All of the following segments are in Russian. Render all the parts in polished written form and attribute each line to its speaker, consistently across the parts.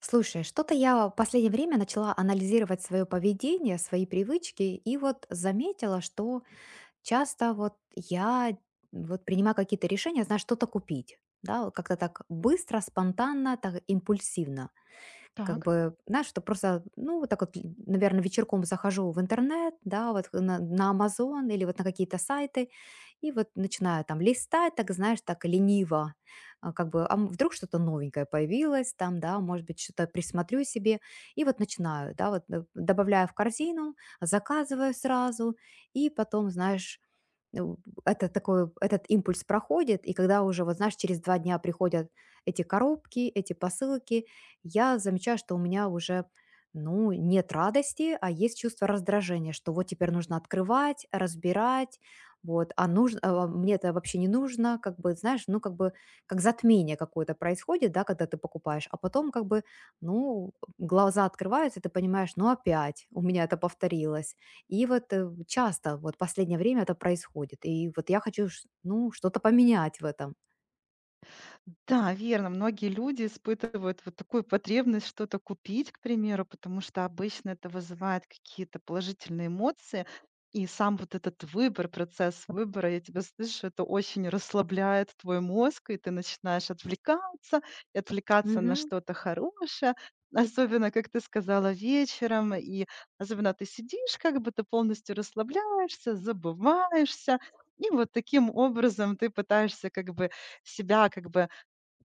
Speaker 1: Слушай, что-то я в последнее время начала анализировать свое поведение, свои привычки, и вот заметила, что часто вот я вот принимаю какие-то решения, знаешь, что-то купить, да, вот как-то так быстро, спонтанно, так импульсивно. Как
Speaker 2: Так.
Speaker 1: бы, знаешь, что просто, ну, вот так вот, наверное, вечерком захожу в интернет, да, вот на Амазон или вот на какие-то сайты, и вот начинаю там листать, так, знаешь, так лениво, а, как бы, а вдруг что-то новенькое появилось там, да, может быть, что-то присмотрю себе, и вот начинаю, да, вот добавляю в корзину, заказываю сразу, и потом, знаешь, ну, этот импульс проходит, и когда уже, вот знаешь, через два дня приходят эти коробки, эти посылки, я замечаю, что у меня уже, ну, нет радости, а есть чувство раздражения, что вот теперь нужно открывать, разбирать, вот, а мне это вообще не нужно, как бы, знаешь, ну, как бы, как затмение какое-то происходит, да, когда ты покупаешь, а потом, как бы, ну, глаза открываются, и ты понимаешь, ну, опять у меня это повторилось, и вот, часто вот последнее время это происходит. И вот я хочу, ш ну, что-то поменять в этом.
Speaker 2: Да, верно. Многие люди испытывают вот такую потребность что-то купить, к примеру, потому что обычно это вызывает какие-то положительные эмоции. И сам вот этот выбор, процесс выбора, я тебя слышу, это очень расслабляет твой мозг, и ты начинаешь отвлекаться, и отвлекаться на
Speaker 1: Мгм,
Speaker 2: что-то хорошее. Особенно, как ты сказала, вечером, и особенно ты сидишь, как бы ты полностью расслабляешься, забываешься, и вот таким образом ты пытаешься как бы себя как бы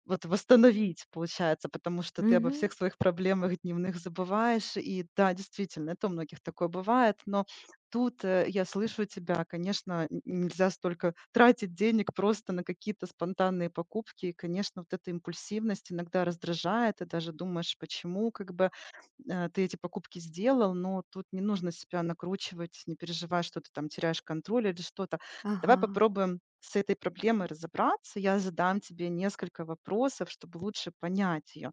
Speaker 2: вот восстановить, получается, потому что ты обо
Speaker 1: мгм.
Speaker 2: всех своих проблемах дневных забываешь. И да, действительно, это у многих такое бывает, но тут, я слышу тебя, конечно, н нельзя столько тратить денег просто на какие-то спонтанные покупки. И, конечно, вот эта импульсивность иногда раздражает, и даже думаешь, почему как бы ты эти покупки сделал, но тут не нужно себя накручивать, не переживай, что ты там теряешь контроль или что-то. Давай
Speaker 1: Ага.
Speaker 2: попробуем с этой проблемой разобраться. Я задам тебе несколько вопросов, чтобы лучше понять ее.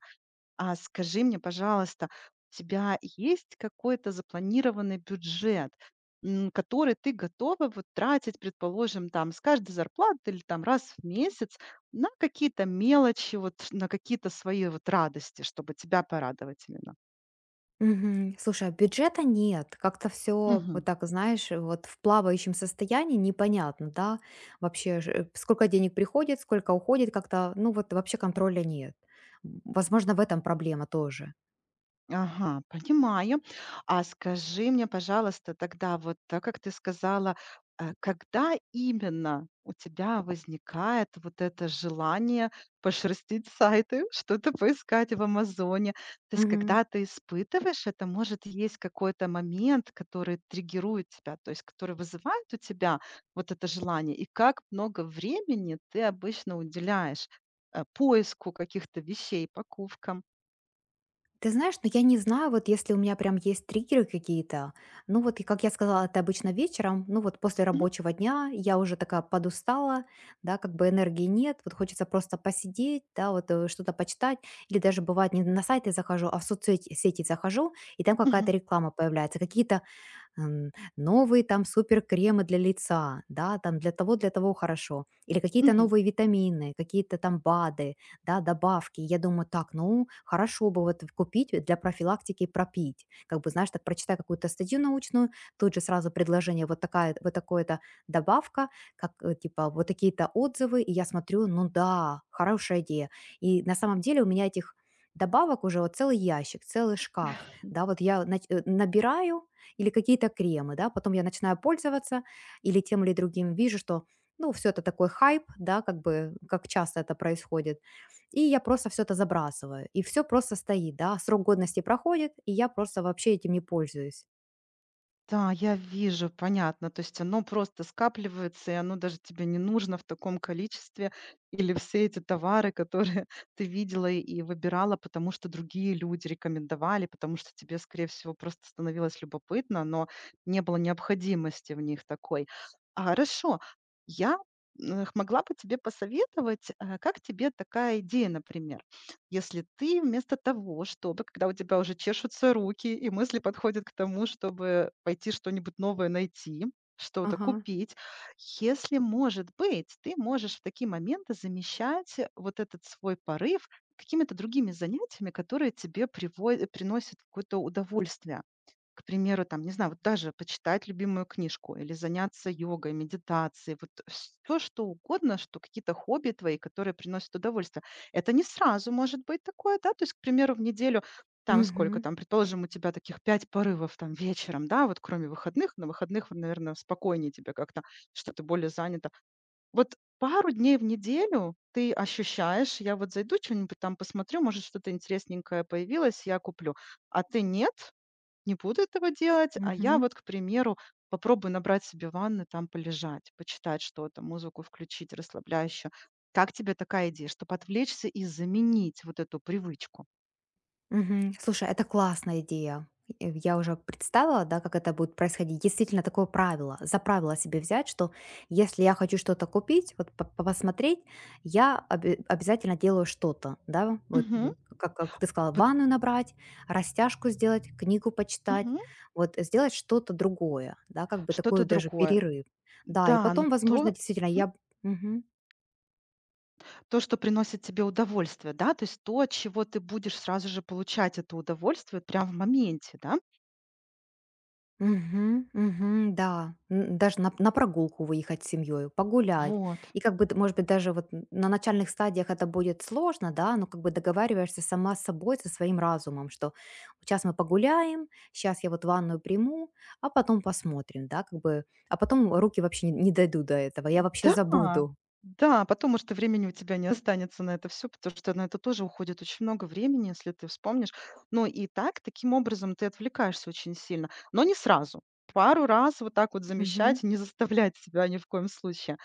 Speaker 2: А скажи мне, пожалуйста, у тебя есть какой-то запланированный бюджет, который ты готова вот тратить, предположим, там с каждой зарплаты или там раз в месяц на какие-то мелочи, вот на какие-то свои вот радости, чтобы тебя порадовать
Speaker 1: Мгм. Слушай, а бюджета нет. Как-то все вот
Speaker 2: именно?
Speaker 1: так, знаешь, вот в плавающем состоянии, непонятно, да, вообще ж сколько денег приходит, сколько уходит, как-то, ну, вот вообще контроля нет. Возможно, в этом проблема тоже.
Speaker 2: Ага, понимаю. А скажи мне, пожалуйста, тогда вот, так как ты сказала, когда именно у тебя возникает вот это желание пошерстить сайты, что-то поискать в "Амазоне"? То есть когда ты испытываешь это, может, есть какой-то момент, который триггерует тебя, то есть который вызывает у тебя вот это желание? И как много времени ты обычно уделяешь, поиску каких-то вещей, покупкам?
Speaker 1: Ты знаешь, но я не знаю, вот если у меня прям есть триггеры какие-то. Ну вот, и как я сказала, это обычно вечером, ну вот после
Speaker 2: Мгм,
Speaker 1: рабочего дня я уже такая подустала, да, как бы энергии нет, вот хочется просто посидеть, да, вот что-то почитать, или даже бывает не на сайты захожу, а в соцсети сети захожу, и там
Speaker 2: мгм,
Speaker 1: какая-то реклама появляется, какие-то новые там супер кремы для лица, да, там для того хорошо, или какие-то
Speaker 2: мгм.
Speaker 1: новые витамины, какие-то там БАДы, да, добавки. Я думаю, так, ну, хорошо бы вот купить для профилактики и пропить. Как бы, знаешь, так прочитай какую-то статью научную, тут же сразу предложение, вот такое-то добавка, как, типа, вот такие-то отзывы, и я смотрю, ну да, хорошая идея. И на самом деле у меня этих добавок уже вот целый ящик, целый шкаф, да, вот я набираю, или какие-то кремы, да, потом я начинаю пользоваться или тем, или другим, вижу, что, ну, все это такой хайп, да, как бы, как часто это происходит, и я просто все это забрасываю, и все просто стоит, да, срок годности проходит, и я просто вообще этим не пользуюсь.
Speaker 2: Да, я вижу, понятно. То есть оно просто скапливается, и оно даже тебе не нужно в таком количестве. Или все эти товары, которые ты видела и выбирала, потому что другие люди рекомендовали, потому что тебе, скорее всего, просто становилось любопытно, но не было необходимости в них такой. А, хорошо. Я могла бы тебе посоветовать, как тебе такая идея, например. Если ты вместо того, чтобы, когда у тебя уже чешутся руки и мысли подходят к тому, чтобы пойти что-нибудь новое найти, что-то
Speaker 1: Ага.
Speaker 2: купить, если, может быть, ты можешь в такие моменты замещать вот этот свой порыв какими-то другими занятиями, которые тебе приносят какое-то удовольствие. К примеру, там, не знаю, вот даже почитать любимую книжку или заняться йогой, медитацией, вот всё что угодно, что какие-то хобби твои, которые приносят удовольствие. Это не сразу может быть такое, да, то есть, к примеру, в неделю там сколько
Speaker 1: Мгм.
Speaker 2: там, предположим, у тебя таких 5 порывов там вечером, да, вот кроме выходных. На выходных, наверное, спокойнее тебе как-то, что ты более занята. Вот пару дней в неделю ты ощущаешь: "Я вот зайду, что нибудь там посмотрю, может, что-то интересненькое появилось, я куплю". А ты нет? Не буду этого делать, а я вот, к примеру, попробую набрать себе ванны, там полежать, почитать что-то, музыку включить расслабляющую. Как тебе такая идея, чтобы отвлечься и заменить вот эту привычку?
Speaker 1: Мгм. Слушай, это классная идея. Я уже представила, да, как это будет происходить. Действительно, такое правило, за правило себе взять, что если я хочу что-то купить, вот посмотреть, я обязательно делаю что-то, да, вот
Speaker 2: Мгм.
Speaker 1: как ты сказала,
Speaker 2: Пот-
Speaker 1: ванную набрать, растяжку сделать, книгу почитать,
Speaker 2: Мгм.
Speaker 1: вот сделать что-то другое, да, как бы такой
Speaker 2: Что-то
Speaker 1: даже
Speaker 2: другое.
Speaker 1: перерыв. Да, и
Speaker 2: Да, но
Speaker 1: потом, возможно,
Speaker 2: то,
Speaker 1: действительно,
Speaker 2: мгм,
Speaker 1: Мгм.
Speaker 2: то, что приносит тебе удовольствие, да, то есть то, от чего ты будешь сразу же получать это удовольствие прямо в моменте, да?
Speaker 1: Мгм, мгм, да. Даже на прогулку выехать с семьей, погулять.
Speaker 2: Вот.
Speaker 1: И как бы, может быть, даже вот на начальных стадиях это будет сложно, да, но как бы договариваешься сама с собой, со своим разумом, что сейчас мы погуляем, сейчас я вот ванную приму, а потом посмотрим, да, как бы, а потом руки вообще не дойдут до этого, я вообще
Speaker 2: Да,
Speaker 1: забуду.
Speaker 2: да, потом, может, и времени у тебя не останется на это все, потому что на это тоже уходит очень много времени, если ты вспомнишь. Но и так, таким образом ты отвлекаешься очень сильно, но не сразу. Пару раз вот так вот
Speaker 1: Мгм,
Speaker 2: замещать, не заставлять себя ни в коем случае.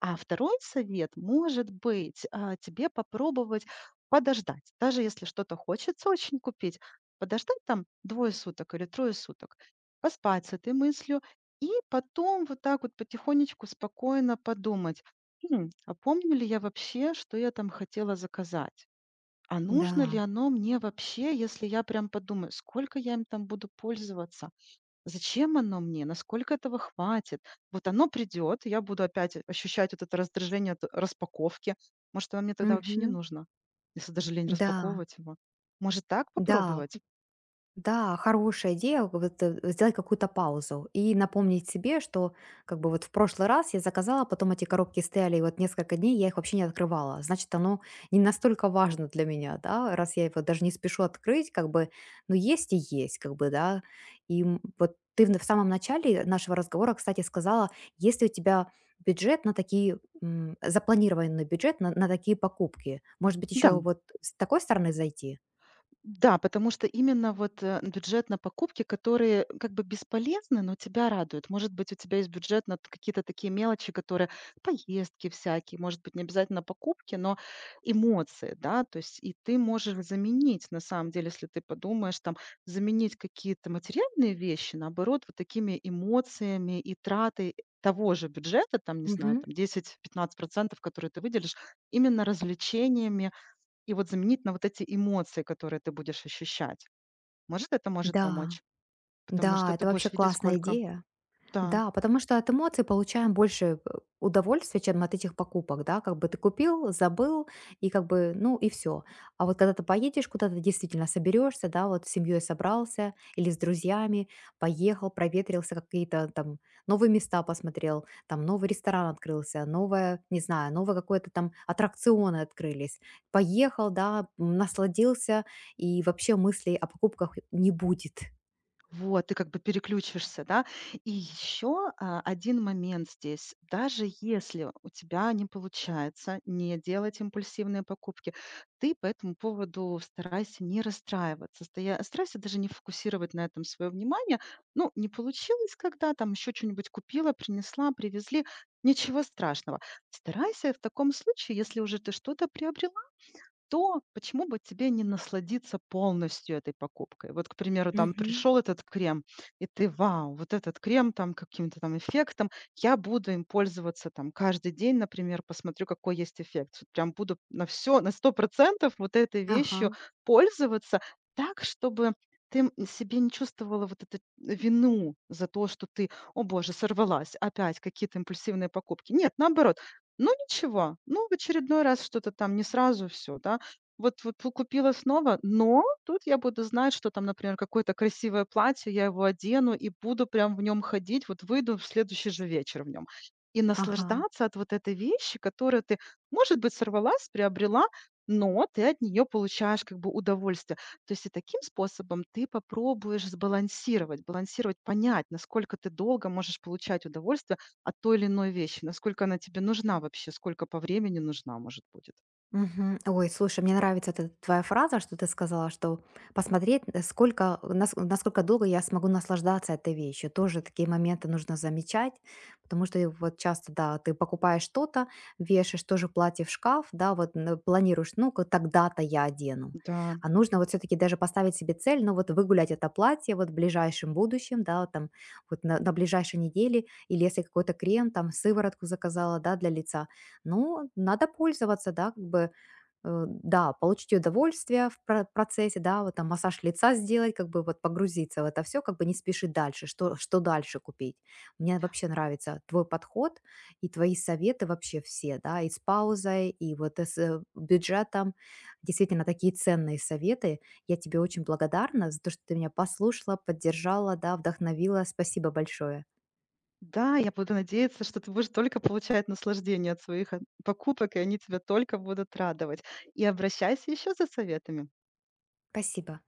Speaker 2: А второй совет может быть, тебе попробовать подождать. Даже если что-то хочется очень купить, подождать там двое суток или трое суток, поспать с этой мыслью и потом вот так вот потихонечку спокойно подумать: "Хм, а помню ли я вообще, что я там хотела заказать? А нужно ли
Speaker 1: да,
Speaker 2: оно мне вообще, если я прям подумаю, сколько я им там буду пользоваться? Зачем оно мне? Насколько этого хватит? Вот оно придет, я буду опять ощущать вот это раздражение от распаковки. Может, оно мне тогда вообще не
Speaker 1: мгм,
Speaker 2: нужно, если даже лень
Speaker 1: да,
Speaker 2: распаковывать его". Может, так
Speaker 1: да.
Speaker 2: попробовать?
Speaker 1: Да, хорошая идея, вот, сделать какую-то паузу и напомнить себе, что как бы вот в прошлый раз я заказала, а потом эти коробки стояли, и вот несколько дней я их вообще не открывала. Значит, оно не настолько важно для меня, да, раз я его даже не спешу открыть, как бы, ну, есть и есть, как бы, да. И вот ты в самом начале нашего разговора, кстати, сказала, если у тебя бюджет на такие, м, запланированный бюджет на такие покупки, может быть,
Speaker 2: Да.
Speaker 1: еще вот с такой стороны зайти?
Speaker 2: Да, потому что именно вот, бюджет на покупки, которые как бы бесполезны, но тебя радуют. Может быть, у тебя есть бюджет на т какие-то такие мелочи, которые поездки всякие, может быть, не обязательно покупки, но эмоции, да. То есть и ты можешь заменить, на самом деле, если ты подумаешь, там, заменить какие-то материальные вещи, наоборот, вот такими эмоциями и тратой того же бюджета, там, не знаю,
Speaker 1: Мгм.
Speaker 2: там 10-15, которые ты выделишь, именно развлечениями, и вот заменить на вот эти эмоции, которые ты будешь ощущать. Может, это может
Speaker 1: Да.
Speaker 2: помочь? Потому
Speaker 1: Да,
Speaker 2: что ты
Speaker 1: это вообще
Speaker 2: будешь видеть,
Speaker 1: классная
Speaker 2: сколько.
Speaker 1: идея.
Speaker 2: Да.
Speaker 1: Да, потому что от эмоций получаем больше удовольствия, чем от этих покупок, да, как бы ты купил, забыл, и как бы, ну, и все. А вот когда ты поедешь куда-то, действительно соберешься, да, вот с семьей собрался или с друзьями, поехал, проветрился, какие-то там новые места посмотрел, там новый ресторан открылся, новое, не знаю, новое какое-то там аттракционы открылись. Поехал, да, насладился, и вообще мыслей о покупках не будет.
Speaker 2: Вот, ты как бы переключишься, да. И еще, один момент здесь. Даже если у тебя не получается не делать импульсивные покупки, ты по этому поводу старайся не расстраиваться, стоя старайся даже не фокусировать на этом свое внимание. Ну, не получилось, когда там еще что нибудь купила, принесла, привезли- ничего страшного. Старайся в таком случае, если уже ты что-то приобрела, то почему бы тебе не насладиться полностью этой покупкой? Вот, к примеру, там
Speaker 1: Мгм.
Speaker 2: пришел этот крем, и ты, вау, вот этот крем там каким-то там эффектом, я буду им пользоваться там каждый день, например, посмотрю, какой есть эффект. Вот прям буду на все, на 100% вот этой
Speaker 1: Ага,
Speaker 2: вещью пользоваться так, чтобы ты себе не чувствовала вот эту вину за то, что ты, о боже, сорвалась, опять какие-то импульсивные покупки. Нет, наоборот, ну ничего, ну в очередной раз что-то там не сразу все, да, вот вот пу купила снова, но тут я буду знать, что там, например, какое-то красивое платье, я его одену и буду прям в нем ходить, вот выйду в следующий же вечер в нем. И
Speaker 1: ага.
Speaker 2: наслаждаться от вот этой вещи, которую ты, может быть, сорвалась, приобрела, но ты от нее получаешь как бы удовольствие. То есть и таким способом ты попробуешь сбалансировать, балансировать, понять, насколько ты долго можешь получать удовольствие от той или иной вещи, насколько она тебе нужна вообще, сколько по времени нужна, может, будет.
Speaker 1: Мгм. Ой, слушай, мне нравится эта твоя фраза, что ты сказала, что посмотреть, насколько долго я смогу наслаждаться этой вещью. Тоже такие моменты нужно замечать, потому что и вот часто, да, ты покупаешь что-то, вешаешь тоже платье в шкаф, да, вот планируешь, ну-ка, тогда-то я одену.
Speaker 2: Да.
Speaker 1: А нужно вот все-таки даже поставить себе цель, ну вот выгулять это платье вот в ближайшем будущем, да, там вот на ближайшей неделе, или если какой-то крем, там, сыворотку заказала, да, для лица. Ну, надо пользоваться, да, как бы, да, получить удовольствие в процессе, да, вот там массаж лица сделать, как бы вот погрузиться в это все, как бы не спешить дальше, что дальше купить. Мне вообще нравится твой подход и твои советы вообще все, да, и с паузой, и вот с бюджетом. Действительно, такие ценные советы. Я тебе очень благодарна за то, что ты меня послушала, поддержала, да, вдохновила. Спасибо большое.
Speaker 2: Да, я буду надеяться, что ты будешь только получать наслаждение от своих, покупок, и они тебя только будут радовать. И обращайся еще за советами.
Speaker 1: Спасибо.